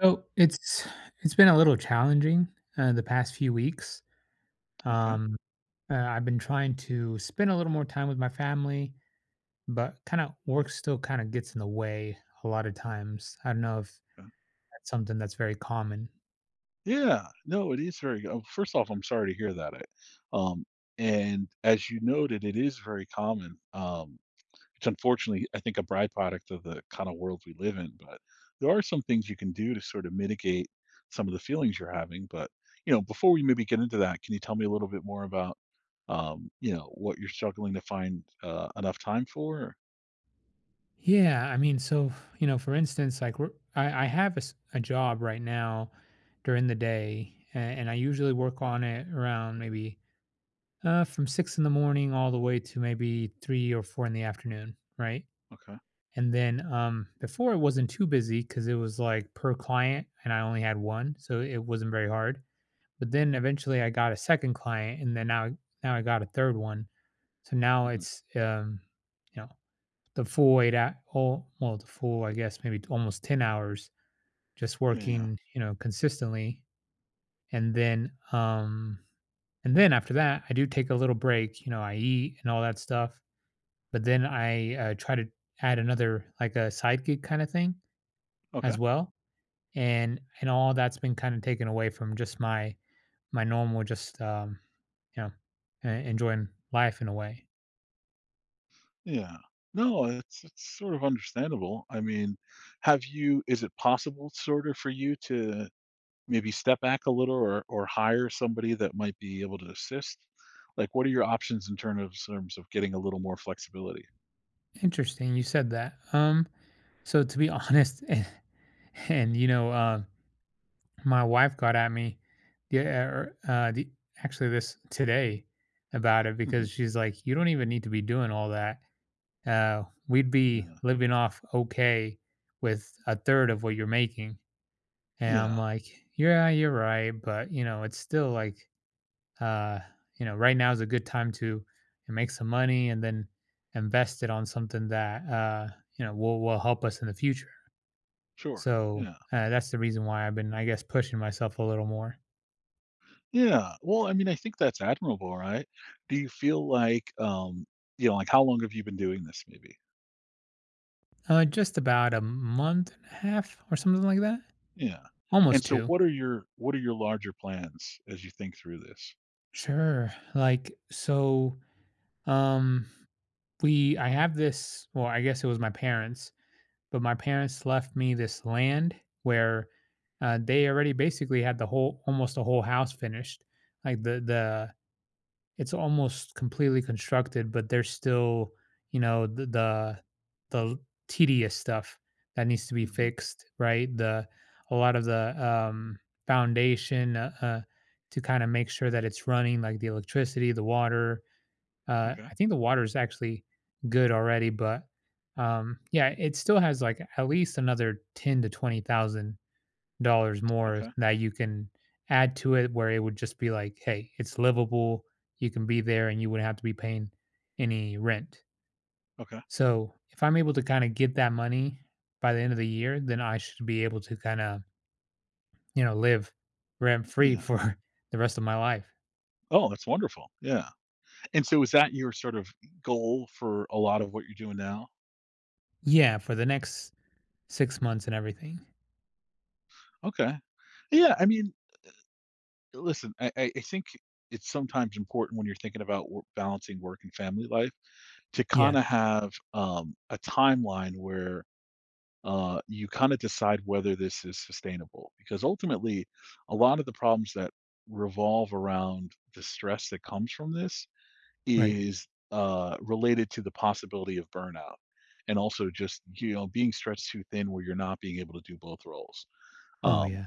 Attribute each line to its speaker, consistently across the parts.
Speaker 1: So it's been a little challenging the past few weeks.
Speaker 2: Okay,
Speaker 1: Um, I've been trying to spend a little more time with my family, but kind of work still kind of gets in the way a lot of times. I don't know if
Speaker 2: yeah.
Speaker 1: that's something that's very common.
Speaker 2: Yeah, no, it is very oh, first off, I'm sorry to hear that. I um, and as you noted, it is very common. It's unfortunately, I think, a byproduct of the kinda world we live in, but there are some things you can do to sort of mitigate some of the feelings you're having, but, before we maybe get into that, can you tell me a little bit more about, what you're struggling to find, enough time for?
Speaker 1: Yeah, I mean, so you know, for instance, I have a job right now during the day, and I usually work on it around maybe from 6 in the morning all the way to maybe 3 or 4 in the afternoon, right?
Speaker 2: Okay.
Speaker 1: And then before it wasn't too busy because it was like per client and I only had one, so it wasn't very hard. But then eventually I got a second client, and then now I got a third one. So now
Speaker 2: Mhm.
Speaker 1: it's you know the full eight at oh well the full I guess maybe almost 10 hours just
Speaker 2: Yeah.
Speaker 1: working you know consistently, and then um, and then after that I do take a little break. You know I eat and all that stuff, but then I try to add another like a side gig kind of thing
Speaker 2: Okay.
Speaker 1: as well. And all that's been kind of taken away from just my normal just you know enjoying life in a way.
Speaker 2: Yeah. No, it's sort of understandable. I mean, have you is it possible sort of for you to maybe step back a little or hire somebody that might be able to assist? Like, what are your options in terms of getting a little more flexibility?
Speaker 1: Interesting, you said that. So to be honest and my wife got at me yeah the actually this today about it
Speaker 2: Hmm.
Speaker 1: because she's like you don't even need to be doing all that. We'd be
Speaker 2: Yeah.
Speaker 1: living off okay with a third of what you're making. And I'm
Speaker 2: Yeah.
Speaker 1: like, yeah, you're right. But, it's still like, uh, right now is a good time to make some money and then invest it on something that, will help us in the future.
Speaker 2: Sure.
Speaker 1: So
Speaker 2: Yeah.
Speaker 1: that's the reason why I've been, I guess, pushing myself a little more.
Speaker 2: Yeah. Well, I mean, I think that's admirable, right? Do you feel like how long have you been doing this maybe?
Speaker 1: Just about a month and a half or something like that.
Speaker 2: Yeah.
Speaker 1: Almost
Speaker 2: And so
Speaker 1: two.
Speaker 2: what are your larger plans as you think through this?
Speaker 1: Sure. Like, so, um, I have this, well, I guess it was my parents but my parents left me this land where they already basically had the whole almost a whole house finished, like the it's almost completely constructed, but there's still you know the the, the tedious stuff that needs to be
Speaker 2: Mhm.
Speaker 1: fixed, right? the A lot of the foundation, to kind of make sure that it's running, like the electricity, the water.
Speaker 2: Okay.
Speaker 1: I think the water is actually good already, but yeah, it still has like at least another ten to twenty thousand dollars more
Speaker 2: Okay.
Speaker 1: that you can add to it, where it would just be like, hey, it's livable. You can be there, and you wouldn't have to be paying any rent.
Speaker 2: Okay.
Speaker 1: So if I'm able to kind of get that money by the end of the year, then I should be able to kind of live rent free
Speaker 2: Yeah.
Speaker 1: for the rest of my life.
Speaker 2: Oh, that's wonderful. Yeah. And so is that your sort of goal for a lot of what you're doing now?
Speaker 1: Yeah, for the next 6 months and everything.
Speaker 2: Okay. Yeah. I mean, listen, I think it's sometimes important when you're thinking about balancing work and family life to kind
Speaker 1: Yeah,
Speaker 2: of have a timeline where you kind of decide whether this is sustainable. Because ultimately, a lot of the problems that revolve around the stress that comes from this
Speaker 1: right.
Speaker 2: is related to the possibility of burnout, and also, just you know, being stretched too thin where you're not being able to do both roles.
Speaker 1: Oh
Speaker 2: um,
Speaker 1: yeah.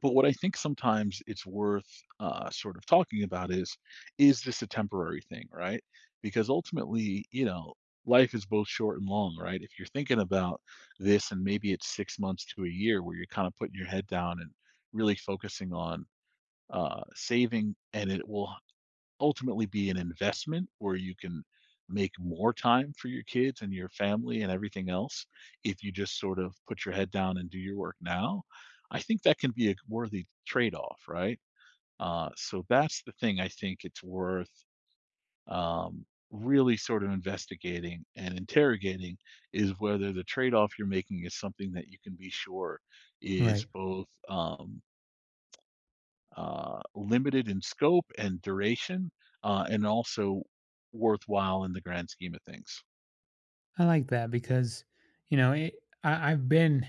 Speaker 2: but what I think sometimes it's worth sort of talking about is this a temporary thing, right? Because ultimately, you know, life is both short and long, right? If you're thinking about this and maybe it's 6 months to a year where you're kind of putting your head down and really focusing on saving, and it will ultimately be an investment where you can make more time for your kids and your family and everything else if you just sort of put your head down and do your work now. I think that can be a worthy trade-off, right? So that's the thing I think it's worth um, really sort of investigating and interrogating, is whether the trade-off you're making is something that you can be sure is
Speaker 1: Right.
Speaker 2: both limited in scope and duration, and also worthwhile in the grand scheme of things.
Speaker 1: I like that because, you know, I've been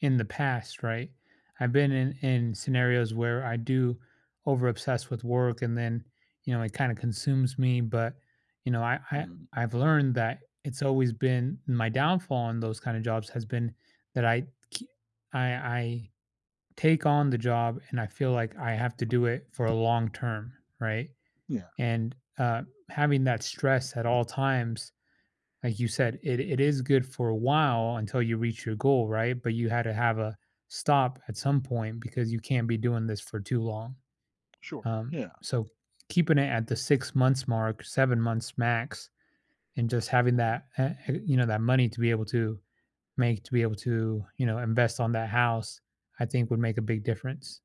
Speaker 1: in the past, right? I've been in scenarios where I do over obsess with work and then, it kind of consumes me. But, you know, I, I,
Speaker 2: Mm,
Speaker 1: I've learned that it's always been my downfall in those kind of jobs has been that ke- I take on the job and I feel like I have to do it for a long term, right?
Speaker 2: yeah,
Speaker 1: And having that stress at all times, like you said, it is good for a while until you reach your goal, right? But you had to have a stop at some point because you can't be doing this for too long.
Speaker 2: sure. Yeah.
Speaker 1: So keeping it at the 6 months mark, 7 months max, and just having
Speaker 2: Mhm.
Speaker 1: that, that money to be able to to be able to, invest on that house, I think would make a big difference.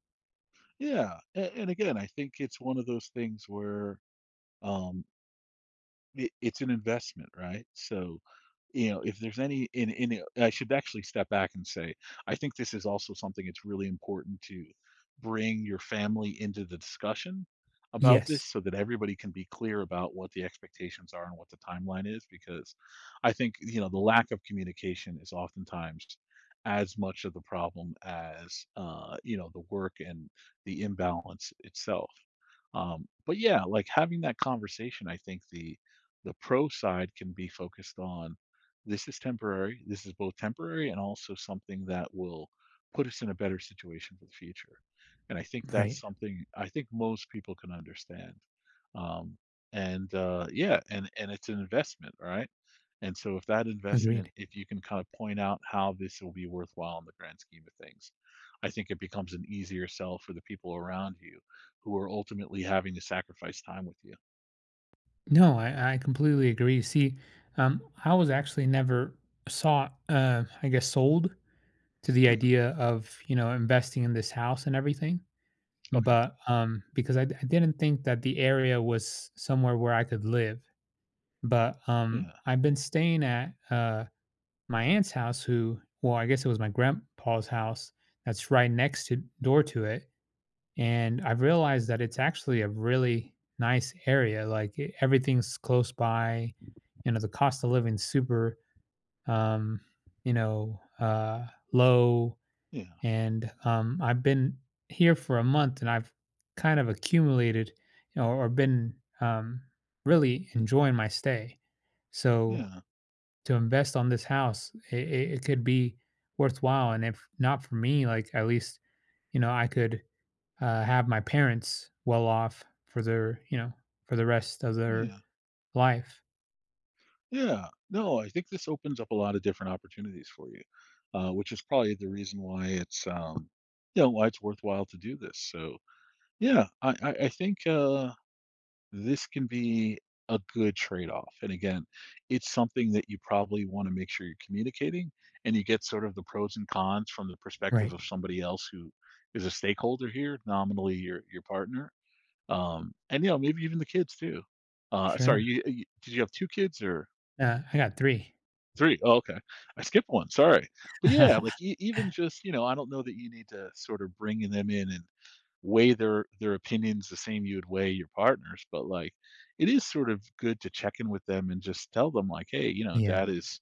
Speaker 2: Yeah, and again, I think it's one of those things where um, it's an investment, right? So, you know, if there's any in it I should actually step back and say, I think this is also something, it's really important to bring your family into the discussion about this
Speaker 1: Yes.
Speaker 2: so that everybody can be clear about what the expectations are and what the timeline is, because I think, you know, the lack of communication is oftentimes as much of the problem as the work and the imbalance itself. But yeah, like, having that conversation, I think the pro side can be focused on this is temporary. This is both temporary and also something that will put us in a better situation for the future. And I think that's
Speaker 1: Right.
Speaker 2: something I think most people can understand. Um, and Yeah, and it's an investment, right? And so if that
Speaker 1: Agreed.
Speaker 2: investment, if you can kind of point out how this will be worthwhile in the grand scheme of things, I think it becomes an easier sell for the people around you who are ultimately having to sacrifice time with you.
Speaker 1: No, I completely agree. See, I was actually never saw, I guess, sold to the
Speaker 2: Hmm.
Speaker 1: idea of investing in this house and everything,
Speaker 2: Okay.
Speaker 1: but because I didn't think that the area was somewhere where I could live. But
Speaker 2: Yeah.
Speaker 1: I've been staying at my aunt's house, who, well, I guess it was my grandpa's house that's right next to door to it, and I've realized that it's actually a really nice area. Like everything's close by. You know, the cost of living super, um, you know, uh, low.
Speaker 2: Yeah.
Speaker 1: And I've been here for a month, and I've kind of accumulated, or been um, really enjoying my stay. So
Speaker 2: Yeah,
Speaker 1: to invest on this house, it could be worthwhile. And if not for me, like at least I could have my parents well off for their, for the rest of their
Speaker 2: yeah,
Speaker 1: life.
Speaker 2: yeah. No, I think this opens up a lot of different opportunities for you, which is probably the reason why it's, why it's worthwhile to do this. So, yeah, I think this can be a good trade-off. And again, it's something that you probably want to make sure you're communicating, and you get sort of the pros and cons from the perspective
Speaker 1: Right.
Speaker 2: of somebody else who is a stakeholder here, nominally your partner, and maybe even the kids too. Sorry,
Speaker 1: Sure.
Speaker 2: you did you have two kids or?
Speaker 1: I got 3.
Speaker 2: Three. Oh, okay. I skipped one. Sorry. But yeah, like, even just, I don't know that you need to sort of bring them in and weigh their opinions the same you would weigh your partners. But like, it is sort of good to check in with them and just tell them, like, hey,
Speaker 1: Yeah.
Speaker 2: dad is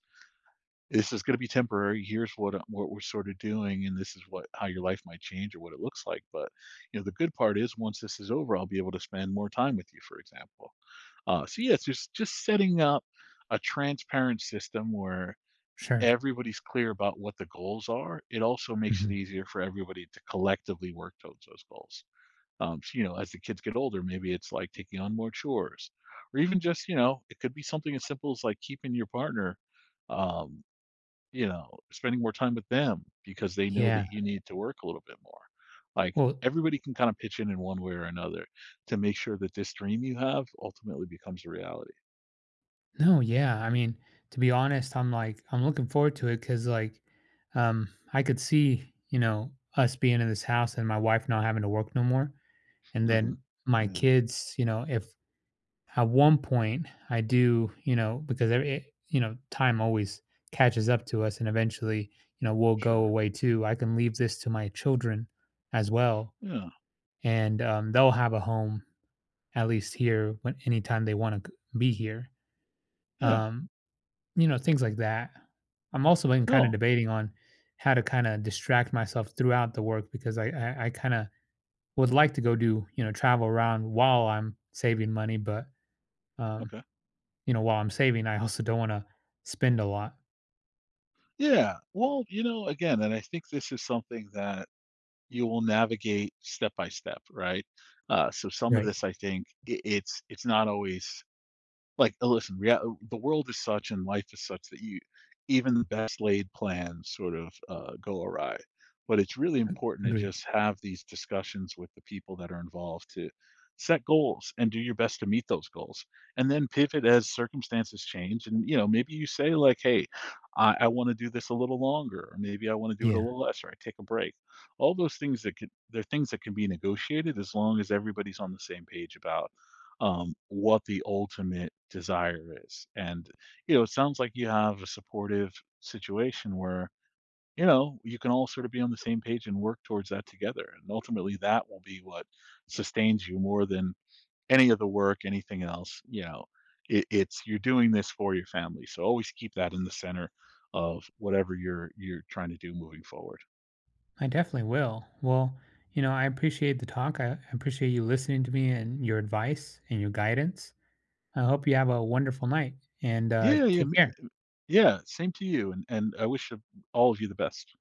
Speaker 2: this is going to be temporary. Here's what we're sort of doing, and this is what how your life might change or what it looks like. But, the good part is once this is over, I'll be able to spend more time with you, for example. So, yeah, it's just setting up a transparent system where
Speaker 1: Sure.
Speaker 2: everybody's clear about what the goals are. It also makes it
Speaker 1: Mhm.
Speaker 2: easier for everybody to collectively work towards those goals. So, as the kids get older, maybe it's like taking on more chores, or even just, you know, it could be something as simple as like keeping your partner, um, spending more time with them because they know
Speaker 1: Yeah.
Speaker 2: that you need to work a little bit more. Like,
Speaker 1: Well,
Speaker 2: everybody can kind of pitch in one way or another to make sure that this dream you have ultimately becomes a reality.
Speaker 1: no, yeah. I mean, to be honest, I'm like, I'm looking forward to it because, like, um, I could see, us being in this house and my wife not having to work no more. And
Speaker 2: Hmm.
Speaker 1: then my
Speaker 2: Yeah,
Speaker 1: kids, if at one point I do, because every, eh, you know, time always catches up to us and eventually, we'll go
Speaker 2: sure.
Speaker 1: away too. I can leave this to my children as well.
Speaker 2: Yeah,
Speaker 1: And they'll have a home at least here when anytime they want to be here.
Speaker 2: yeah.
Speaker 1: Um, Things like that. I'm also been kind of
Speaker 2: No,
Speaker 1: debating on how to kind of distract myself throughout the work because I kind of would like to go do, travel around while I'm saving money, but um,
Speaker 2: okay.
Speaker 1: while I'm saving, I also don't wanna spend a lot.
Speaker 2: Yeah. Well, you know, again, and I think this is something that you will navigate step by step, right? So some of
Speaker 1: Right.
Speaker 2: this, I think, I it's not always like, listen, rea the world is such and life is such that, you even the best laid plans sort of, go awry, but it's really
Speaker 1: Ag
Speaker 2: important to
Speaker 1: agreed.
Speaker 2: just have these discussions with the people that are involved to set goals and do your best to meet those goals, and then pivot as circumstances change, and, you know, maybe you say like, "Hey, I wanna do this a little longer," or, "Maybe I wanna do it a
Speaker 1: Yeah.
Speaker 2: little less," or, "I take a break." All those things that can they're things that can be negotiated as long as everybody's on the same page about what the ultimate desire is. And, you know, it sounds like you have a supportive situation where, you know, you can all sort of be on the same page and work towards that together. And ultimately, that will be what sustains you more than any of the work, anything else. You know, it's you're doing this for your family. So always keep that in the center of whatever you're trying to do moving forward.
Speaker 1: I definitely will. Well, you know, I appreciate the talk. I appreciate you listening to me and your advice and your guidance. I hope you have a wonderful night and,
Speaker 2: Yeah, yeah,
Speaker 1: take care.
Speaker 2: yeah. Same to you, and I wish all of you the best.